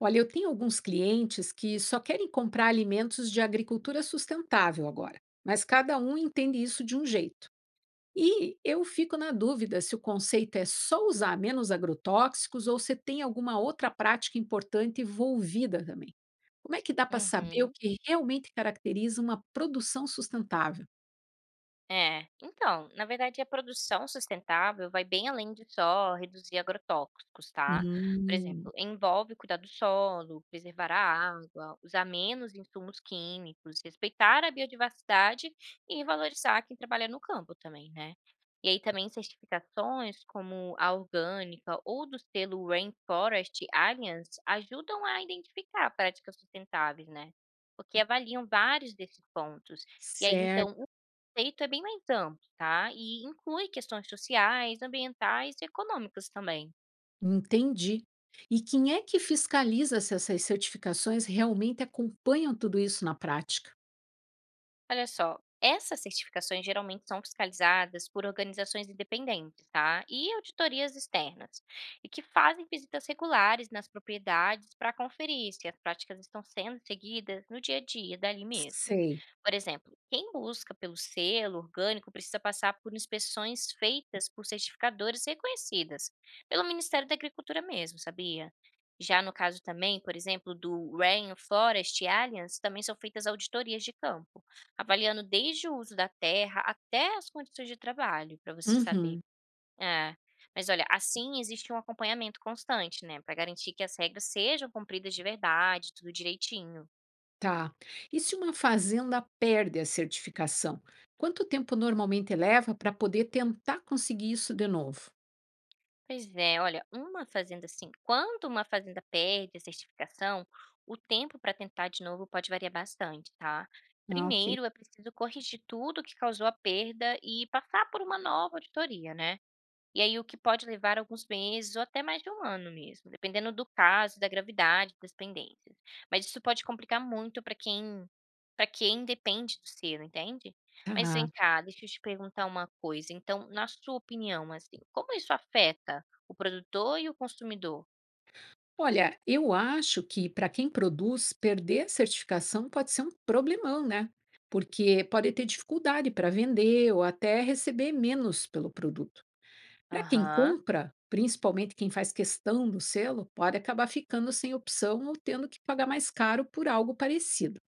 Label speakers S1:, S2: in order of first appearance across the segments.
S1: Olha, eu tenho alguns clientes que só querem comprar alimentos de agricultura sustentável agora, mas cada um entende isso de um jeito. E eu fico na dúvida se o conceito é só usar menos agrotóxicos ou se tem alguma outra prática importante envolvida também. Como é que dá para saber o
S2: Uhum.
S1: que realmente caracteriza uma produção sustentável?
S2: É. Então, na verdade, a produção sustentável vai bem além de só reduzir agrotóxicos, tá? Por
S1: Hum,
S2: exemplo, envolve cuidar do solo, preservar a água, usar menos insumos químicos, respeitar a biodiversidade e valorizar quem trabalha no campo também, né? E aí também certificações como a orgânica ou do selo Rainforest Alliance ajudam a identificar práticas sustentáveis, né? Porque avaliam vários desses pontos. E aí, então,
S1: certo,
S2: conceito é bem mais amplo, tá? E inclui questões sociais, ambientais e econômicas também.
S1: entendi. E quem é que fiscaliza se essas certificações realmente acompanham tudo isso na prática?
S2: Olha só, essas certificações geralmente são fiscalizadas por organizações independentes, tá? E auditorias externas, e que fazem visitas regulares nas propriedades para conferir se as práticas estão sendo seguidas no dia a dia dali mesmo.
S1: Sei.
S2: Por exemplo, quem busca pelo selo orgânico precisa passar por inspeções feitas por certificadores reconhecidas pelo Ministério da Agricultura mesmo, sabia? Já no caso também, por exemplo, do Rainforest Alliance, também são feitas auditorias de campo, avaliando desde o uso da terra até as condições de trabalho, para você saber.
S1: Uhum,
S2: É. Mas olha, assim existe um acompanhamento constante, né, para garantir que as regras sejam cumpridas de verdade, tudo direitinho.
S1: tá. E se uma fazenda perde a certificação? Quanto tempo normalmente leva para poder tentar conseguir isso de novo?
S2: Pois é, olha, uma fazenda assim, quando uma fazenda perde a certificação, o tempo para tentar de novo pode variar bastante, tá?
S1: Ah, ok.
S2: Primeiro é preciso corrigir tudo que causou a perda e passar por uma nova auditoria, né? E aí o que pode levar alguns meses ou até mais de um ano mesmo, dependendo do caso, da gravidade, das pendências. Mas isso pode complicar muito para quem depende do selo, entende? Mas
S1: Tá.
S2: vem cá, deixa eu te perguntar uma coisa. Então, na sua opinião, assim, como isso afeta o produtor e o consumidor?
S1: Olha, eu acho que para quem produz, perder a certificação pode ser um problemão, né? Porque pode ter dificuldade para vender ou até receber menos pelo produto. Para quem
S2: Aham.
S1: compra, principalmente quem faz questão do selo, pode acabar ficando sem opção ou tendo que pagar mais caro por algo parecido.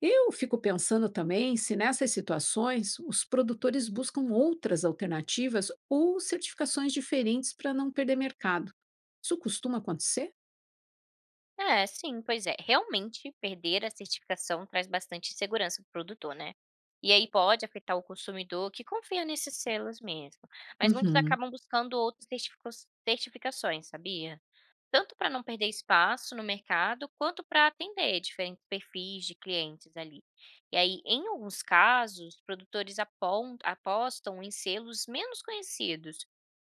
S1: Eu fico pensando também se nessas situações os produtores buscam outras alternativas ou certificações diferentes para não perder mercado. Isso costuma acontecer?
S2: É, sim, pois é. Realmente, perder a certificação traz bastante insegurança para o produtor, né? E aí pode afetar o consumidor que confia nesses selos mesmo. Mas muitos
S1: Uhum.
S2: acabam buscando outras certificações, sabia? Tanto para não perder espaço no mercado, quanto para atender diferentes perfis de clientes ali. E aí, em alguns casos, produtores apostam em selos menos conhecidos,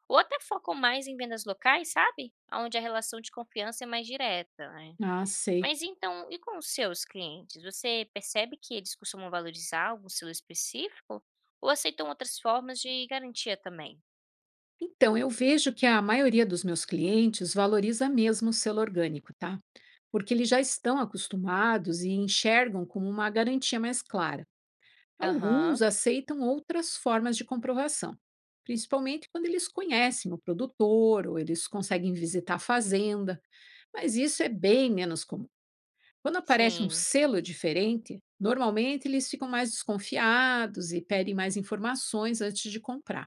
S2: ou até focam mais em vendas locais, sabe? Onde a relação de confiança é mais direta, né.
S1: Ah, sei.
S2: Mas então, e com os seus clientes? Você percebe que eles costumam valorizar algum selo específico ou aceitam outras formas de garantia também?
S1: Então, eu vejo que a maioria dos meus clientes valoriza mesmo o selo orgânico, tá? Porque eles já estão acostumados e enxergam como uma garantia mais clara.
S2: Aham,
S1: Alguns aceitam outras formas de comprovação, principalmente quando eles conhecem o produtor ou eles conseguem visitar a fazenda, mas isso é bem menos comum. Quando aparece um
S2: sim.
S1: selo diferente, normalmente eles ficam mais desconfiados e pedem mais informações antes de comprar.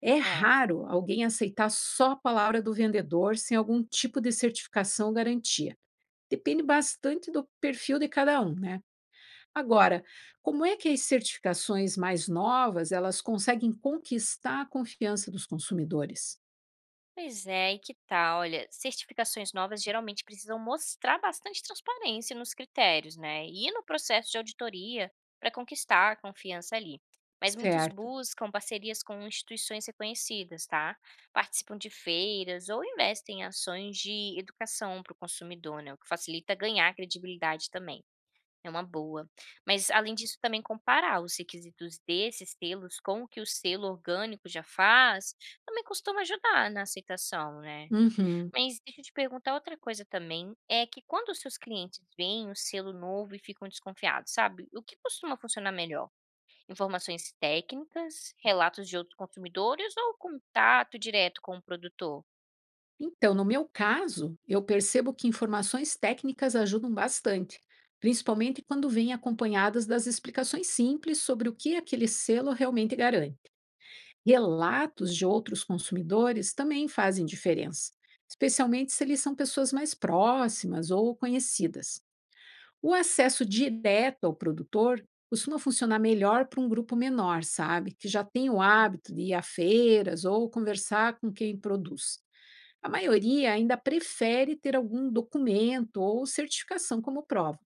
S1: É
S2: É.
S1: raro alguém aceitar só a palavra do vendedor sem algum tipo de certificação ou garantia. Depende bastante do perfil de cada um, né? Agora, como é que as certificações mais novas, elas conseguem conquistar a confiança dos consumidores?
S2: Pois é, e que tal? Olha, certificações novas geralmente precisam mostrar bastante transparência nos critérios, né? E no processo de auditoria para conquistar a confiança ali. Mas muitos
S1: Certo.
S2: buscam parcerias com instituições reconhecidas, tá? Participam de feiras ou investem em ações de educação para o consumidor, né? O que facilita ganhar credibilidade também. É uma boa. Mas além disso também comparar os requisitos desses selos com o que o selo orgânico já faz, também costuma ajudar na aceitação, né.
S1: Uhum.
S2: Mas deixa eu te perguntar outra coisa também, é que quando os seus clientes veem o selo novo e ficam desconfiados, sabe, o que costuma funcionar melhor? Informações técnicas, relatos de outros consumidores ou contato direto com o produtor?
S1: Então, no meu caso, eu percebo que informações técnicas ajudam bastante, principalmente quando vêm acompanhadas das explicações simples sobre o que aquele selo realmente garante. Relatos de outros consumidores também fazem diferença, especialmente se eles são pessoas mais próximas ou conhecidas. O acesso direto ao produtor costuma funcionar melhor para um grupo menor, sabe? Que já tem o hábito de ir a feiras ou conversar com quem produz. A maioria ainda prefere ter algum documento ou certificação como prova.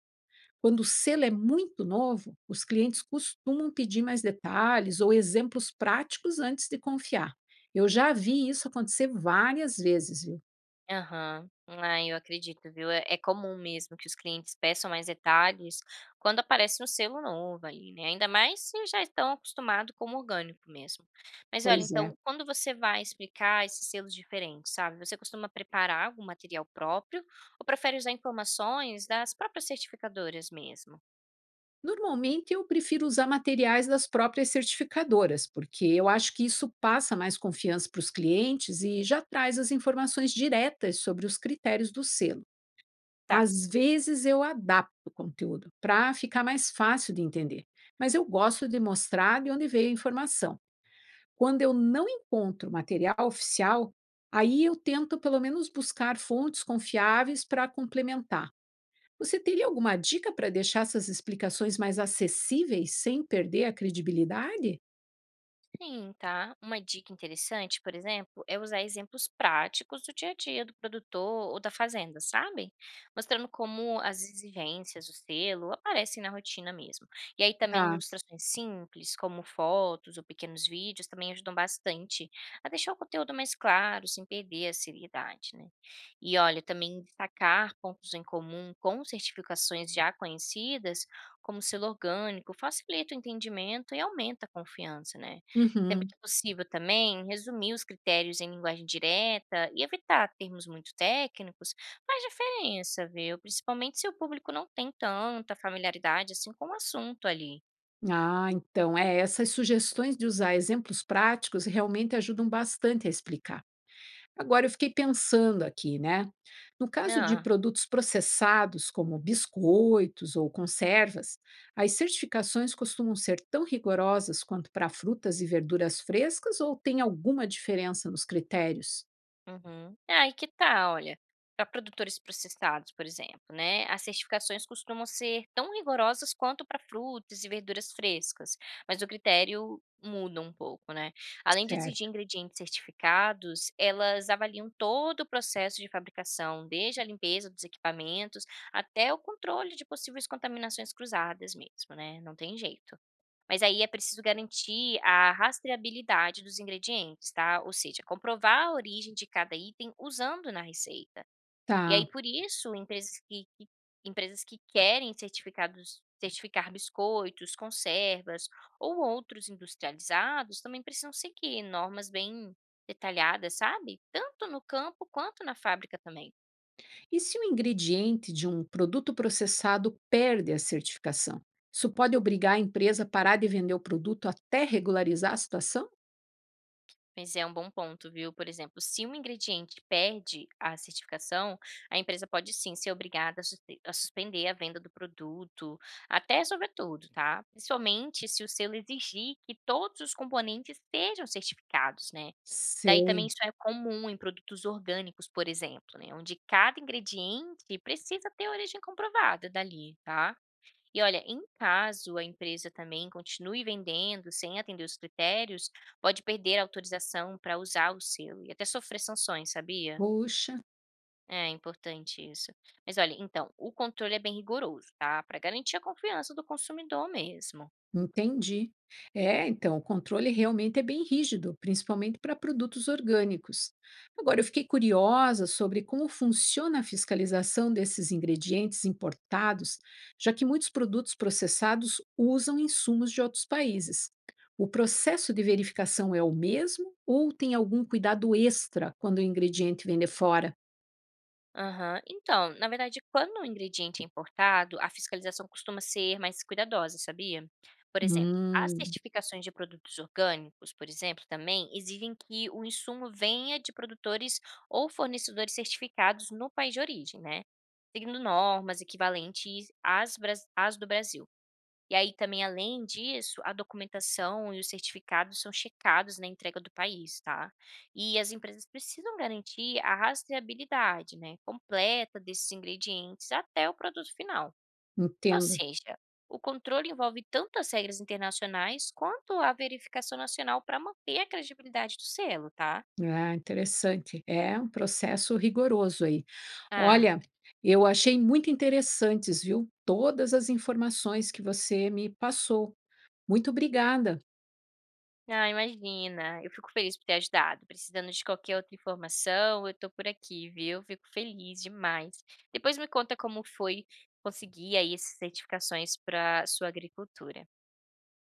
S1: Quando o selo é muito novo, os clientes costumam pedir mais detalhes ou exemplos práticos antes de confiar. Eu já vi isso acontecer várias vezes, viu?
S2: Aham. Ah, eu acredito, viu. É comum mesmo que os clientes peçam mais detalhes quando aparece um selo novo ali, né, ainda mais se já estão acostumados com o orgânico mesmo. Mas olha,
S1: Pois é.
S2: então, quando você vai explicar esses selos diferentes, sabe, você costuma preparar algum material próprio ou prefere usar informações das próprias certificadoras mesmo?
S1: Normalmente eu prefiro usar materiais das próprias certificadoras, porque eu acho que isso passa mais confiança para os clientes e já traz as informações diretas sobre os critérios do selo.
S2: Tá.
S1: Às vezes eu adapto o conteúdo para ficar mais fácil de entender, mas eu gosto de mostrar de onde veio a informação. Quando eu não encontro material oficial, aí eu tento pelo menos buscar fontes confiáveis para complementar. Você teria alguma dica para deixar essas explicações mais acessíveis sem perder a credibilidade?
S2: Sim, tá? Uma dica interessante, por exemplo, é usar exemplos práticos do dia a dia do produtor ou da fazenda, sabe? Mostrando como as exigências, o selo, aparecem na rotina mesmo. E aí também
S1: Tá.
S2: ilustrações simples, como fotos ou pequenos vídeos, também ajudam bastante a deixar o conteúdo mais claro, sem perder a seriedade, né? E olha, também destacar pontos em comum com certificações já conhecidas, como selo orgânico, facilita o entendimento e aumenta a confiança, né? Sempre
S1: Uhum.
S2: que possível também, resumir os critérios em linguagem direta e evitar termos muito técnicos faz diferença, viu? Principalmente se o público não tem tanta familiaridade assim com o assunto ali.
S1: Ah, então, é, essas sugestões de usar exemplos práticos realmente ajudam bastante a explicar. Agora, eu fiquei pensando aqui, né? No caso de
S2: Ah.
S1: produtos processados, como biscoitos ou conservas, as certificações costumam ser tão rigorosas quanto para frutas e verduras frescas ou tem alguma diferença nos critérios?
S2: Uhum. Ah, e que tal, olha, para produtores processados, por exemplo, né, as certificações costumam ser tão rigorosas quanto para frutas e verduras frescas, mas o critério muda um pouco, né? Além de exigir
S1: Certo.
S2: ingredientes certificados, elas avaliam todo o processo de fabricação, desde a limpeza dos equipamentos até o controle de possíveis contaminações cruzadas mesmo, né? Não tem jeito. Mas aí é preciso garantir a rastreabilidade dos ingredientes, tá? Ou seja, comprovar a origem de cada item usando na receita. E
S1: Tá.
S2: aí, por isso, empresas empresas que querem certificar biscoitos, conservas ou outros industrializados também precisam seguir normas bem detalhadas, sabe? Tanto no campo quanto na fábrica também.
S1: E se o ingrediente de um produto processado perde a certificação? Isso pode obrigar a empresa a parar de vender o produto até regularizar a situação?
S2: Mas é um bom ponto, viu? Por exemplo, se um ingrediente perde a certificação, a empresa pode sim ser obrigada a a suspender a venda do produto, até resolver tudo, tá? Principalmente se o selo exigir que todos os componentes sejam certificados, né? Daí também
S1: Sei.
S2: isso é comum em produtos orgânicos, por exemplo, né? Onde cada ingrediente precisa ter origem comprovada dali, tá? E olha, em caso a empresa também continue vendendo sem atender os critérios, pode perder a autorização para usar o selo e até sofrer sanções, sabia?
S1: Puxa.
S2: É importante isso. Mas olha, então, o controle é bem rigoroso, tá? Para garantir a confiança do consumidor mesmo.
S1: Entendi. É, então, o controle realmente é bem rígido, principalmente para produtos orgânicos. Agora, eu fiquei curiosa sobre como funciona a fiscalização desses ingredientes importados, já que muitos produtos processados usam insumos de outros países. O processo de verificação é o mesmo ou tem algum cuidado extra quando o ingrediente vem de fora?
S2: Aham. Então, na verdade, quando um ingrediente é importado, a fiscalização costuma ser mais cuidadosa, sabia? Por exemplo, as
S1: Hum,
S2: certificações de produtos orgânicos, por exemplo, também exigem que o insumo venha de produtores ou fornecedores certificados no país de origem, né? Seguindo normas equivalentes às do Brasil. E aí também além disso, a documentação e os certificados são checados na entrega do país, tá. E as empresas precisam garantir a rastreabilidade, né, completa desses ingredientes até o produto final. Ou
S1: entendo.
S2: seja, o controle envolve tanto as regras internacionais quanto a verificação nacional para manter a credibilidade do selo, tá.
S1: Ah, interessante. É um processo rigoroso aí.
S2: É.
S1: Olha, eu achei muito interessantes, viu? Todas as informações que você me passou. Muito obrigada.
S2: Ah, imagina. Eu fico feliz por ter ajudado. Precisando de qualquer outra informação, eu tô por aqui, viu? Fico feliz demais. Depois me conta como foi conseguir aí essas certificações para sua agricultura.